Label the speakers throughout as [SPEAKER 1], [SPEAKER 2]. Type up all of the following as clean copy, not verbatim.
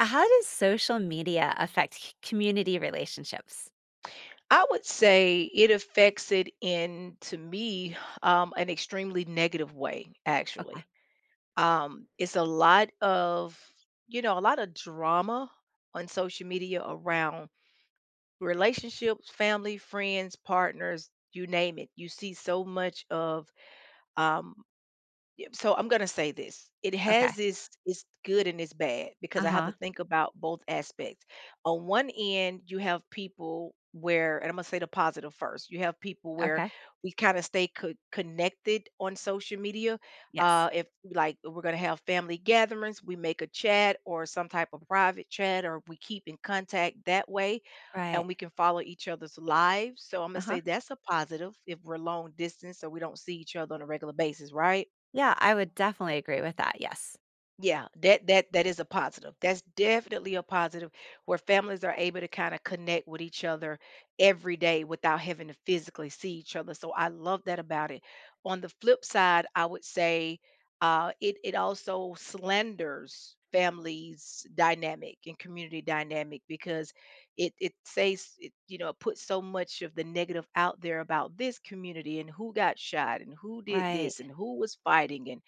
[SPEAKER 1] How does social media affect c community relationships?
[SPEAKER 2] I would say it affects it in, to me, an extremely negative way,
[SPEAKER 1] Okay,
[SPEAKER 2] actually. It's a lot of, a lot of drama on social media around relationships, family, friends, partners, you name it. You see so much of um, Yep, so I'm gonna say this. It has
[SPEAKER 1] okay.
[SPEAKER 2] this. Its good and its bad because I have to
[SPEAKER 1] Uh-huh,
[SPEAKER 2] think about both aspects. On one end, you have people where, and I'm gonna say the positive first. You have people where
[SPEAKER 1] okay.
[SPEAKER 2] we kind of stay connected on social media.
[SPEAKER 1] Yes.
[SPEAKER 2] If like we're gonna have family gatherings, we make a chat or some type of private chat, or we keep in contact that way.
[SPEAKER 1] Right.
[SPEAKER 2] And we can follow each other's lives. So I'm going to
[SPEAKER 1] Uh-huh.
[SPEAKER 2] say that's a positive if we're long distance or we don't see each other on a regular basis, right?
[SPEAKER 1] Yeah, I would definitely agree with that, yes.
[SPEAKER 2] Yeah, that is a positive. That's definitely a positive where families are able to kind of connect with each other every day without having to physically see each other. So I love that about it. On the flip side, I would say it also slanders families dynamic and community dynamic because you know, it puts so much of the negative out there about this community and who got shot and who did
[SPEAKER 1] Right,
[SPEAKER 2] this and who was fighting, and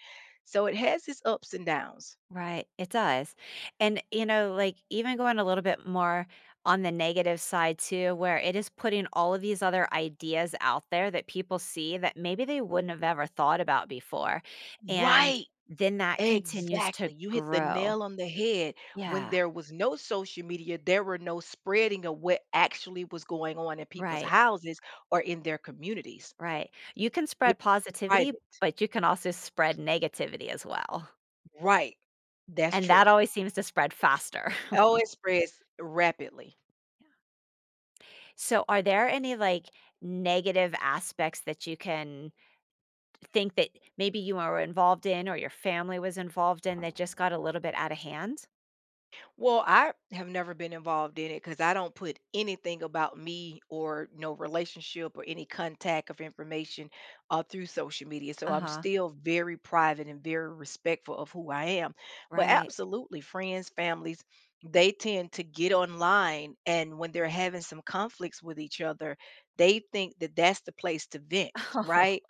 [SPEAKER 2] so it has its ups and downs.
[SPEAKER 1] right, it does, and, you know, like, even going a little bit more on the negative side too, where it is putting all of these other ideas out there that people see that maybe they wouldn't have ever thought about before, and
[SPEAKER 2] Right.
[SPEAKER 1] then that continues to
[SPEAKER 2] Exactly. You hit the
[SPEAKER 1] grow.
[SPEAKER 2] nail on the head. When
[SPEAKER 1] Yeah,
[SPEAKER 2] there was no social media, there were no spreading of what actually was going on in people's
[SPEAKER 1] right.
[SPEAKER 2] houses or in their communities.
[SPEAKER 1] Right. You can
[SPEAKER 2] It's
[SPEAKER 1] spread positivity,
[SPEAKER 2] private.
[SPEAKER 1] but you can also spread negativity as well.
[SPEAKER 2] Right. That's
[SPEAKER 1] And
[SPEAKER 2] true.
[SPEAKER 1] that always seems to spread faster.
[SPEAKER 2] Oh, it spreads rapidly.
[SPEAKER 1] So, are there any like negative aspects that you can think that maybe you were involved in or your family was involved in that just got a little bit out of hand?
[SPEAKER 2] Well, I have never been involved in it because I don't put anything about me or no relationship or any contact of information through social media. So
[SPEAKER 1] Uh
[SPEAKER 2] I'm
[SPEAKER 1] huh.
[SPEAKER 2] still very private and very respectful of who I am. But
[SPEAKER 1] Right.
[SPEAKER 2] absolutely, friends, families, they tend to get online, and when they're having some conflicts with each other, they think that that's the place to vent,
[SPEAKER 1] Oh.
[SPEAKER 2] right?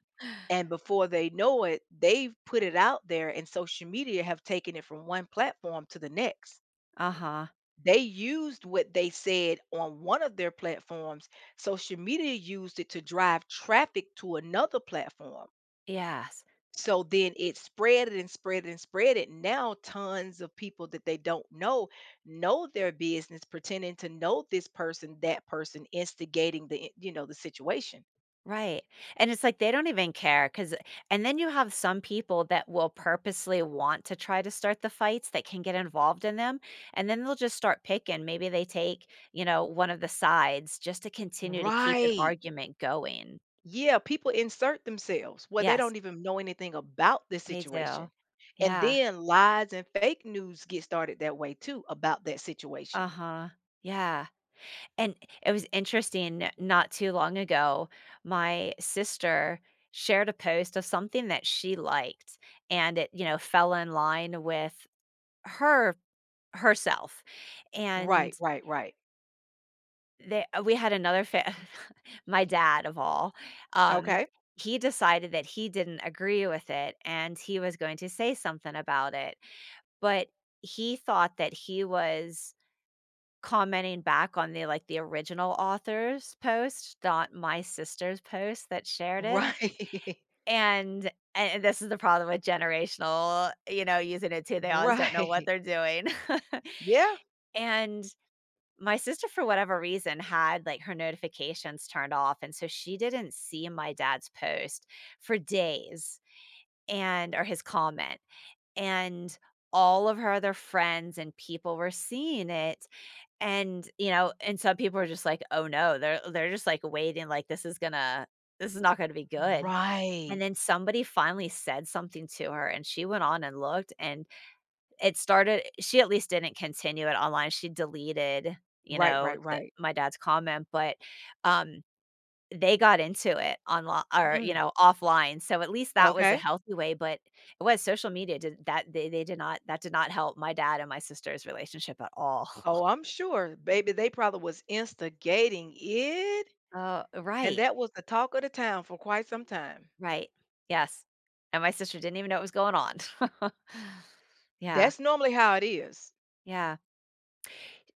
[SPEAKER 2] And before they know it, they've put it out there, and social media have taken it from one platform to the next.
[SPEAKER 1] Uh huh.
[SPEAKER 2] They used what they said on one of their platforms. Social media used it to drive traffic to another platform.
[SPEAKER 1] Yes.
[SPEAKER 2] So then it spread it and spread it and spread it. Now tons of people that they don't know their business, pretending to know this person, that person, instigating the, you know, the situation.
[SPEAKER 1] Right, and it's like they don't even care, cause, and then you have some people that will purposely want to try to start the fights that can get involved in them, and then they'll just start picking. Maybe they take, you know, one of the sides just to continue to keep an
[SPEAKER 2] Right.
[SPEAKER 1] argument going.
[SPEAKER 2] Yeah, people insert themselves where they
[SPEAKER 1] Yes,
[SPEAKER 2] don't even know anything about the
[SPEAKER 1] they do.
[SPEAKER 2] situation. And
[SPEAKER 1] Yeah.
[SPEAKER 2] then lies and fake news get started that way too about that situation.
[SPEAKER 1] Uh-huh. Yeah, and it was interesting not too long ago, my sister shared a post of something that she liked, and it, you know, fell in line with Her herself,
[SPEAKER 2] Right,
[SPEAKER 1] and
[SPEAKER 2] right, right.
[SPEAKER 1] they we had another fa my dad of all, um,
[SPEAKER 2] Okay.
[SPEAKER 1] he decided that he didn't agree with it, and he was going to say something about it, but he thought that he was commenting back on the, like, the original author's post, not my sister's post that shared it,
[SPEAKER 2] Right.
[SPEAKER 1] and this is the problem with generational, you know, using it too, they always don't know what
[SPEAKER 2] right.
[SPEAKER 1] they're doing,
[SPEAKER 2] Yeah.
[SPEAKER 1] and my sister, for whatever reason, had, like, her notifications turned off, and so she didn't see my dad's post for days and or his comment, and all of her other friends and people were seeing it, and, you know, and some people were just like, "Oh, no." They're just, like, waiting, like, "This is gonna this is not gonna be good," and
[SPEAKER 2] Right.
[SPEAKER 1] then somebody finally said something to her, and she went on and looked, and it started she at least didn't continue it online, she deleted, you
[SPEAKER 2] Right,
[SPEAKER 1] know,
[SPEAKER 2] right,
[SPEAKER 1] the
[SPEAKER 2] right.
[SPEAKER 1] my dad's comment, but, um, they got into it online or, you
[SPEAKER 2] Mm.
[SPEAKER 1] know, offline, so at least that was a
[SPEAKER 2] Okay.
[SPEAKER 1] healthy way, but it was social media did that, they did not that did not help my dad and my sister's relationship at all.
[SPEAKER 2] Oh, I'm sure. Baby, they probably was instigating it.
[SPEAKER 1] Oh,
[SPEAKER 2] And
[SPEAKER 1] right,
[SPEAKER 2] that was the talk of the town for quite some time.
[SPEAKER 1] right, yes, and my sister didn't even know what was going on. Yeah,
[SPEAKER 2] That's normally how it is.
[SPEAKER 1] yeah.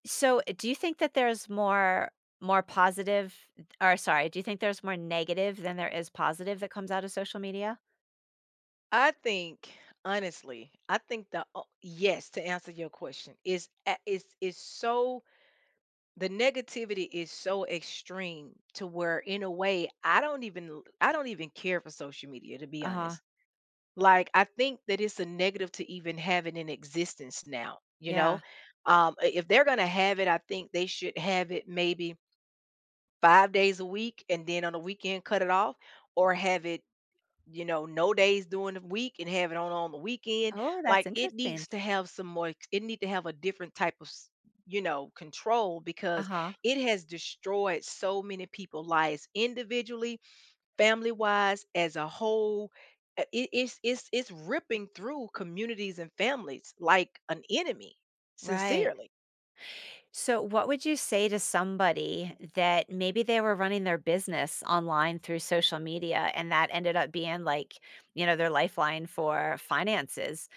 [SPEAKER 1] So, do you think that there's more positive or sorry, do you think there's more negative than there is positive that comes out of social media?
[SPEAKER 2] I think honestly, I think yes, to answer your question, is is, so the negativity is so extreme to where in a way I don't even I don't even care for social media, to be
[SPEAKER 1] Uh-huh.
[SPEAKER 2] honest. Like I think that it's a negative to even have it in existence now, you know?
[SPEAKER 1] Yeah.
[SPEAKER 2] If they're going to have it, I think they should have it maybe 5 days a week and then on the weekend cut it off, or have it, you know, no days during the week and have it on the weekend.
[SPEAKER 1] Oh, that's
[SPEAKER 2] Like it
[SPEAKER 1] interesting.
[SPEAKER 2] needs to have some more, it need to have a different type of, you know, control, because
[SPEAKER 1] Uh-huh.
[SPEAKER 2] it has destroyed so many people' lives individually, family wise, as a whole. It's it's ripping through communities and families like an enemy,
[SPEAKER 1] Right.
[SPEAKER 2] sincerely.
[SPEAKER 1] So, what would you say to somebody that maybe they were running their business online through social media and that ended up being like, you know, their lifeline for finances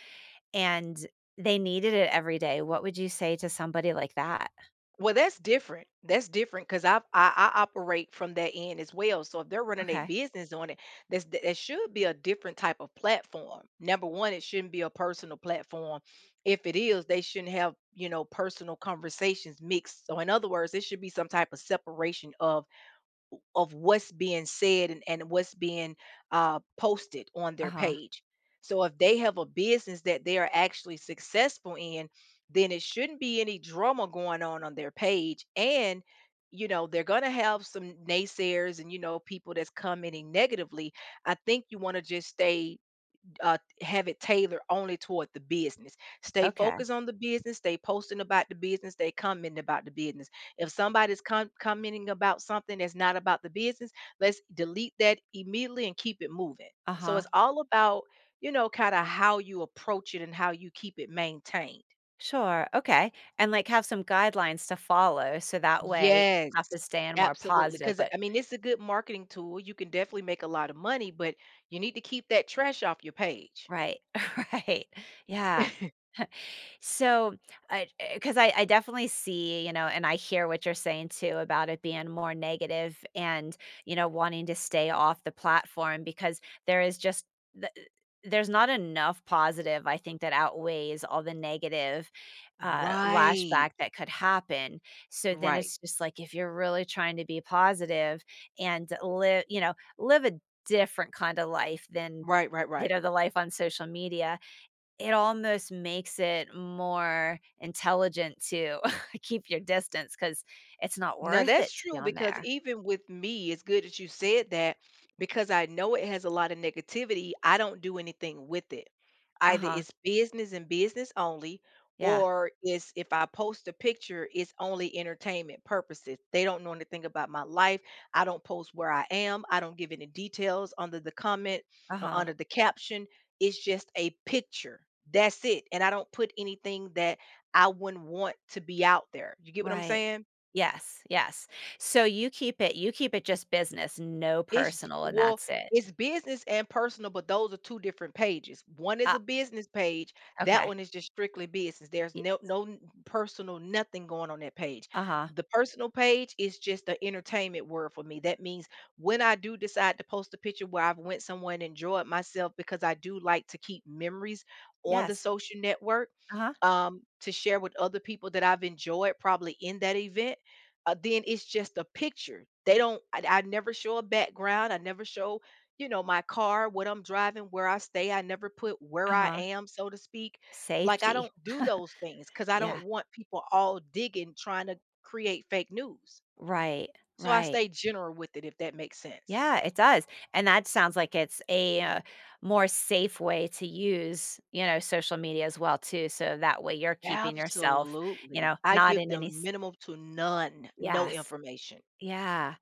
[SPEAKER 1] and they needed it every day? What would you say to somebody like that?
[SPEAKER 2] Well, that's different. That's different because I operate from that end as well. So if they're running a
[SPEAKER 1] Okay.
[SPEAKER 2] business on it, that's that should be a different type of platform. Number one, it shouldn't be a personal platform. If it is, they shouldn't have, you know, personal conversations mixed. So in other words, it should be some type of separation of what's being said and what's being posted on their
[SPEAKER 1] Uh-huh.
[SPEAKER 2] page. So if they have a business that they are actually successful in, then it shouldn't be any drama going on their page. And, you know, they're going to have some naysayers and, you know, people that's commenting negatively. I think you want to just stay have it tailored only toward the business. Stay
[SPEAKER 1] Okay.
[SPEAKER 2] focused on the business. Stay posting about the business. Stay commenting about the business. If somebody's commenting about something that's not about the business, let's delete that immediately and keep it moving. So
[SPEAKER 1] Uh-huh.
[SPEAKER 2] it's all about, you know, kind of how you approach it and how you keep it maintained.
[SPEAKER 1] Sure, okay, and, like, have some guidelines to follow so that way
[SPEAKER 2] Yes,
[SPEAKER 1] stuff is staying more
[SPEAKER 2] absolutely.
[SPEAKER 1] positive,
[SPEAKER 2] Because
[SPEAKER 1] but
[SPEAKER 2] I mean, it's a good marketing tool. You can definitely make a lot of money, but you need to keep that trash off your page.
[SPEAKER 1] right, right, yeah. So, because I definitely see, you know, and I hear what you're saying too about it being more negative and, you know, wanting to stay off the platform because there is just th there's not enough positive, I think, that outweighs all the negative,
[SPEAKER 2] Right,
[SPEAKER 1] lashback that could happen. So then
[SPEAKER 2] right,
[SPEAKER 1] it's just like if you're really trying to be positive and live you know, live a different kind of life than,
[SPEAKER 2] right, right,
[SPEAKER 1] you
[SPEAKER 2] right.
[SPEAKER 1] know, the life on social media, it almost makes it more intelligent to keep your distance because it's not
[SPEAKER 2] Now
[SPEAKER 1] worth
[SPEAKER 2] that's
[SPEAKER 1] it to be
[SPEAKER 2] true
[SPEAKER 1] on
[SPEAKER 2] because
[SPEAKER 1] there.
[SPEAKER 2] even with me, it's good that you said that, because I know it has a lot of negativity. I don't do anything with it. Either
[SPEAKER 1] Uh-huh.
[SPEAKER 2] it's business and business only,
[SPEAKER 1] Yeah.
[SPEAKER 2] or it's, if I post a picture, it's only entertainment purposes. They don't know anything about my life. I don't post where I am. I don't give any details under the comment or
[SPEAKER 1] Uh-huh.
[SPEAKER 2] under the caption. It's just a picture. That's it. And I don't put anything that I wouldn't want to be out there. You get what I'm
[SPEAKER 1] Right.
[SPEAKER 2] saying?
[SPEAKER 1] Yes, yes. So you keep it just business, no
[SPEAKER 2] It's j
[SPEAKER 1] personal, and
[SPEAKER 2] well,
[SPEAKER 1] that's it.
[SPEAKER 2] it's business and personal, but those are 2 different pages. One is a
[SPEAKER 1] Ah,
[SPEAKER 2] business page, that
[SPEAKER 1] okay.
[SPEAKER 2] one is just strictly business. There's
[SPEAKER 1] Yeah.
[SPEAKER 2] no no n personal nothing going on that page.
[SPEAKER 1] Uh-huh.
[SPEAKER 2] The personal page is just the entertainment word for me. That means when I do decide to post a picture where I've went somewhere and enjoyed myself because I do like to keep memories on the
[SPEAKER 1] Yes.
[SPEAKER 2] social network,
[SPEAKER 1] Uh-huh.
[SPEAKER 2] to share with other people that I've enjoyed probably in that event, then it's just a picture. They don't. I never show a background. I never show, you know, my car, what I'm driving, where I stay. I never put where I
[SPEAKER 1] Uh-huh.
[SPEAKER 2] am, so to speak. Like I
[SPEAKER 1] Safety.
[SPEAKER 2] don't do those things because I don't
[SPEAKER 1] Yeah.
[SPEAKER 2] want people all digging trying to create fake news.
[SPEAKER 1] Right.
[SPEAKER 2] So I
[SPEAKER 1] Right.
[SPEAKER 2] stay general with it, if that makes sense.
[SPEAKER 1] Yeah, it does, and that sounds like it's a, more safe way to use, you know, social media as well too, so that way you're keeping yourself, you
[SPEAKER 2] Absolutely.
[SPEAKER 1] know,
[SPEAKER 2] I
[SPEAKER 1] not
[SPEAKER 2] give
[SPEAKER 1] in any
[SPEAKER 2] them
[SPEAKER 1] s
[SPEAKER 2] minimal to none, no
[SPEAKER 1] yes.
[SPEAKER 2] information.
[SPEAKER 1] Yeah.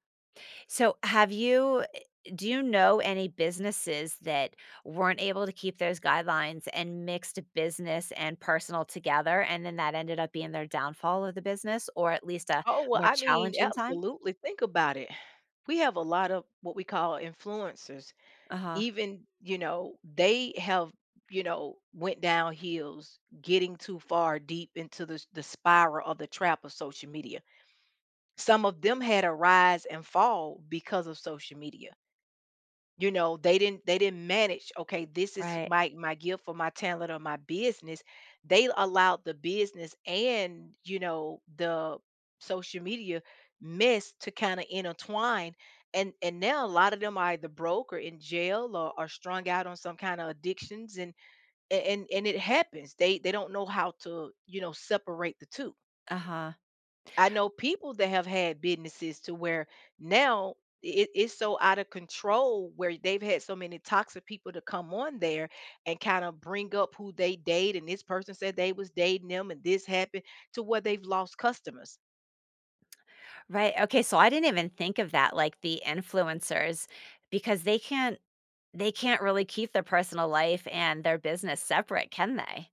[SPEAKER 1] So, have you do you know any businesses that weren't able to keep those guidelines and mixed business and personal together, and then that ended up being their downfall of the business, or at least a
[SPEAKER 2] Oh, well,
[SPEAKER 1] more
[SPEAKER 2] I mean,
[SPEAKER 1] challenging time?
[SPEAKER 2] absolutely. Think about it. We have a lot of what we call influencers,
[SPEAKER 1] Uh-huh.
[SPEAKER 2] even, you know, they have, you know, went down hills getting too far deep into the spiral of the trap of social media. Some of them had a rise and fall because of social media. You know, they didn't, they didn't manage, okay, this is
[SPEAKER 1] Right.
[SPEAKER 2] my gift or my talent or my business. They allowed the business and, you know, the social media mess to kind of intertwine. And now a lot of them are either broke or in jail or are strung out on some kind of addictions, and it happens. They don't know how to, you know, separate the two.
[SPEAKER 1] Uh-huh.
[SPEAKER 2] I know people that have had businesses to where now it's so out of control where they've had so many toxic people to come on there and kind of bring up who they date and this person said they was dating them and this happened to where they've lost customers.
[SPEAKER 1] Right, okay, so I didn't even think of that, like, the influencers, because they can't really keep their personal life and their business separate, can they?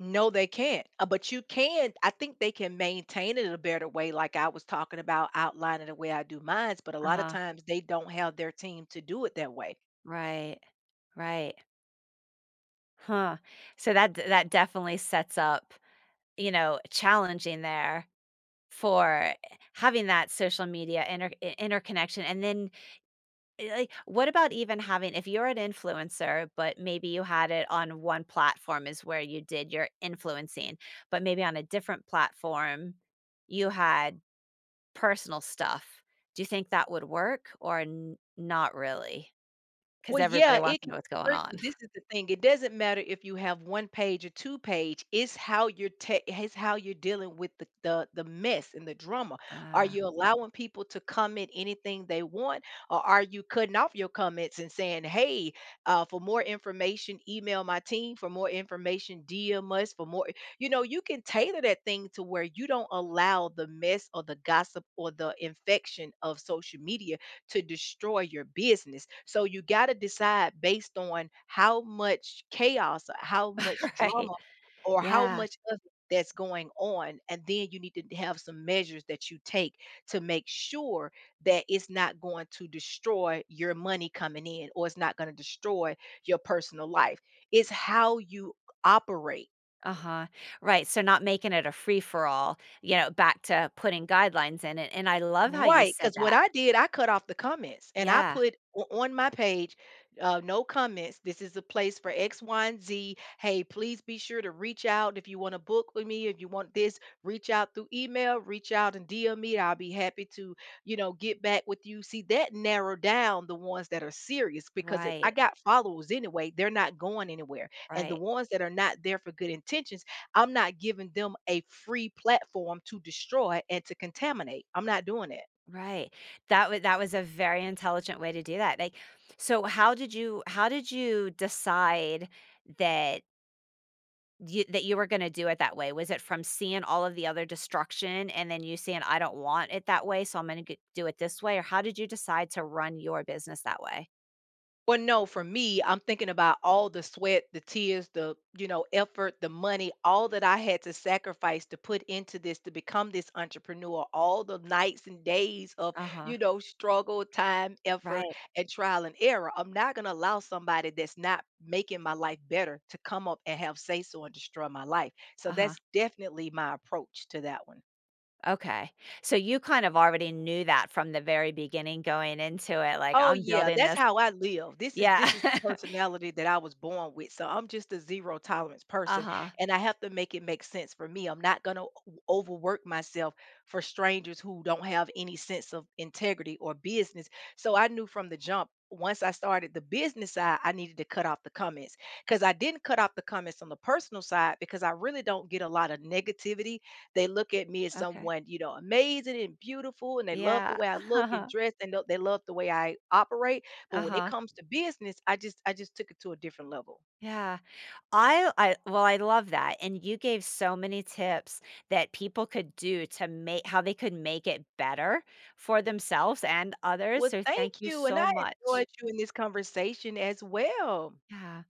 [SPEAKER 2] No, they can't. But you can, I think they can maintain it in a better way, like I was talking about outlining the way I do mines, but a lot of
[SPEAKER 1] Uh-huh,
[SPEAKER 2] times they don't have their team to do it that way.
[SPEAKER 1] right, right, huh, so that definitely sets up, you know, challenging there for having that social media interconnection, and then like, what about even having if you're an influencer, but maybe you had it on one platform is where you did your influencing, but maybe on a different platform, you had personal stuff. Do you think that would work or n not really? Because
[SPEAKER 2] Well, yeah,
[SPEAKER 1] everybody wants
[SPEAKER 2] it
[SPEAKER 1] to
[SPEAKER 2] can
[SPEAKER 1] know what's going
[SPEAKER 2] work,
[SPEAKER 1] on.
[SPEAKER 2] but this is the thing. It doesn't matter if you have one page or two page. It's how you're dealing with the mess and the drama. Are
[SPEAKER 1] Ah,
[SPEAKER 2] you allowing people to comment anything they want, or are you cutting off your comments and saying, "Hey, for more information, email my team. For more information, DM us. For more, you know, you can tailor that thing to where you don't allow the mess or the gossip or the infection of social media to destroy your business. So you got to decide based on how much chaos, how much
[SPEAKER 1] right.
[SPEAKER 2] drama, or how
[SPEAKER 1] Yeah.
[SPEAKER 2] much of it that's going on. And then you need to have some measures that you take to make sure that it's not going to destroy your money coming in or it's not going to destroy your personal life. It's how you operate.
[SPEAKER 1] Uh-huh. Right, so not making it a free for all, you know, back to putting guidelines in it, and I love how you
[SPEAKER 2] Right,
[SPEAKER 1] said
[SPEAKER 2] because what
[SPEAKER 1] that.
[SPEAKER 2] I did, I cut off the comments and I
[SPEAKER 1] Yeah.
[SPEAKER 2] put o on my page, "No comments. This is a place for X, Y, and Z. Hey, please be sure to reach out if you wanna book with me. If you want this, reach out through email, reach out and DM me. I'll be happy to, you know, get back with you." See, that narrowed down the ones that are serious, because if I
[SPEAKER 1] Right,
[SPEAKER 2] got followers anyway, they're not going anywhere, and the
[SPEAKER 1] right.
[SPEAKER 2] ones that are not there for good intentions, I'm not giving them a free platform to destroy and to contaminate. I'm not doing it.
[SPEAKER 1] Right. That was a very intelligent way to do that. Like, so how did you decide that that you were gonna do it that way? Was it from seeing all of the other destruction and then you saying, "I don't want it that way, so I'm gonna do it this way," or how did you decide to run your business that way?
[SPEAKER 2] Well, no, for me, I'm thinking about all the sweat, the tears, the, you know, effort, the money, all that I had to sacrifice to put into this to become this entrepreneur, all the nights and days of,
[SPEAKER 1] Uh-huh.
[SPEAKER 2] you know, struggle, time, effort,
[SPEAKER 1] Right.
[SPEAKER 2] and trial and error. I'm not going to allow somebody that's not making my life better to come up and have say so and destroy my life. So
[SPEAKER 1] Uh-huh.
[SPEAKER 2] that's definitely my approach to that one.
[SPEAKER 1] Okay. So you kind of already knew that from the very beginning going into it, like,
[SPEAKER 2] Oh
[SPEAKER 1] "I'm
[SPEAKER 2] yeah,
[SPEAKER 1] building
[SPEAKER 2] that's
[SPEAKER 1] this."
[SPEAKER 2] how I live. This is
[SPEAKER 1] Yeah.
[SPEAKER 2] this is the personality that I was born with. So I'm just a zero tolerance person,
[SPEAKER 1] Uh-huh.
[SPEAKER 2] and I have to make it make sense for me. I'm not going to overwork myself for strangers who don't have any sense of integrity or business. So I knew from the jump, once I started the business side, I needed to cut off the comments, because I didn't cut off the comments on the personal side because I really don't get a lot of negativity. They look at me as
[SPEAKER 1] Okay.
[SPEAKER 2] someone, you know, amazing and beautiful, and they love the
[SPEAKER 1] Yeah.
[SPEAKER 2] way I look and
[SPEAKER 1] Uh-huh.
[SPEAKER 2] dress, and they love the way I operate. But when it
[SPEAKER 1] Uh-huh.
[SPEAKER 2] comes to business, I just took it to a different level.
[SPEAKER 1] Yeah. I well, I love that, and you gave so many tips that people could do to make how they could make it better for themselves and others,
[SPEAKER 2] Well,
[SPEAKER 1] so thank
[SPEAKER 2] thank
[SPEAKER 1] you
[SPEAKER 2] you, and
[SPEAKER 1] so
[SPEAKER 2] I enjoyed
[SPEAKER 1] much.
[SPEAKER 2] you in this conversation as well.
[SPEAKER 1] Yeah.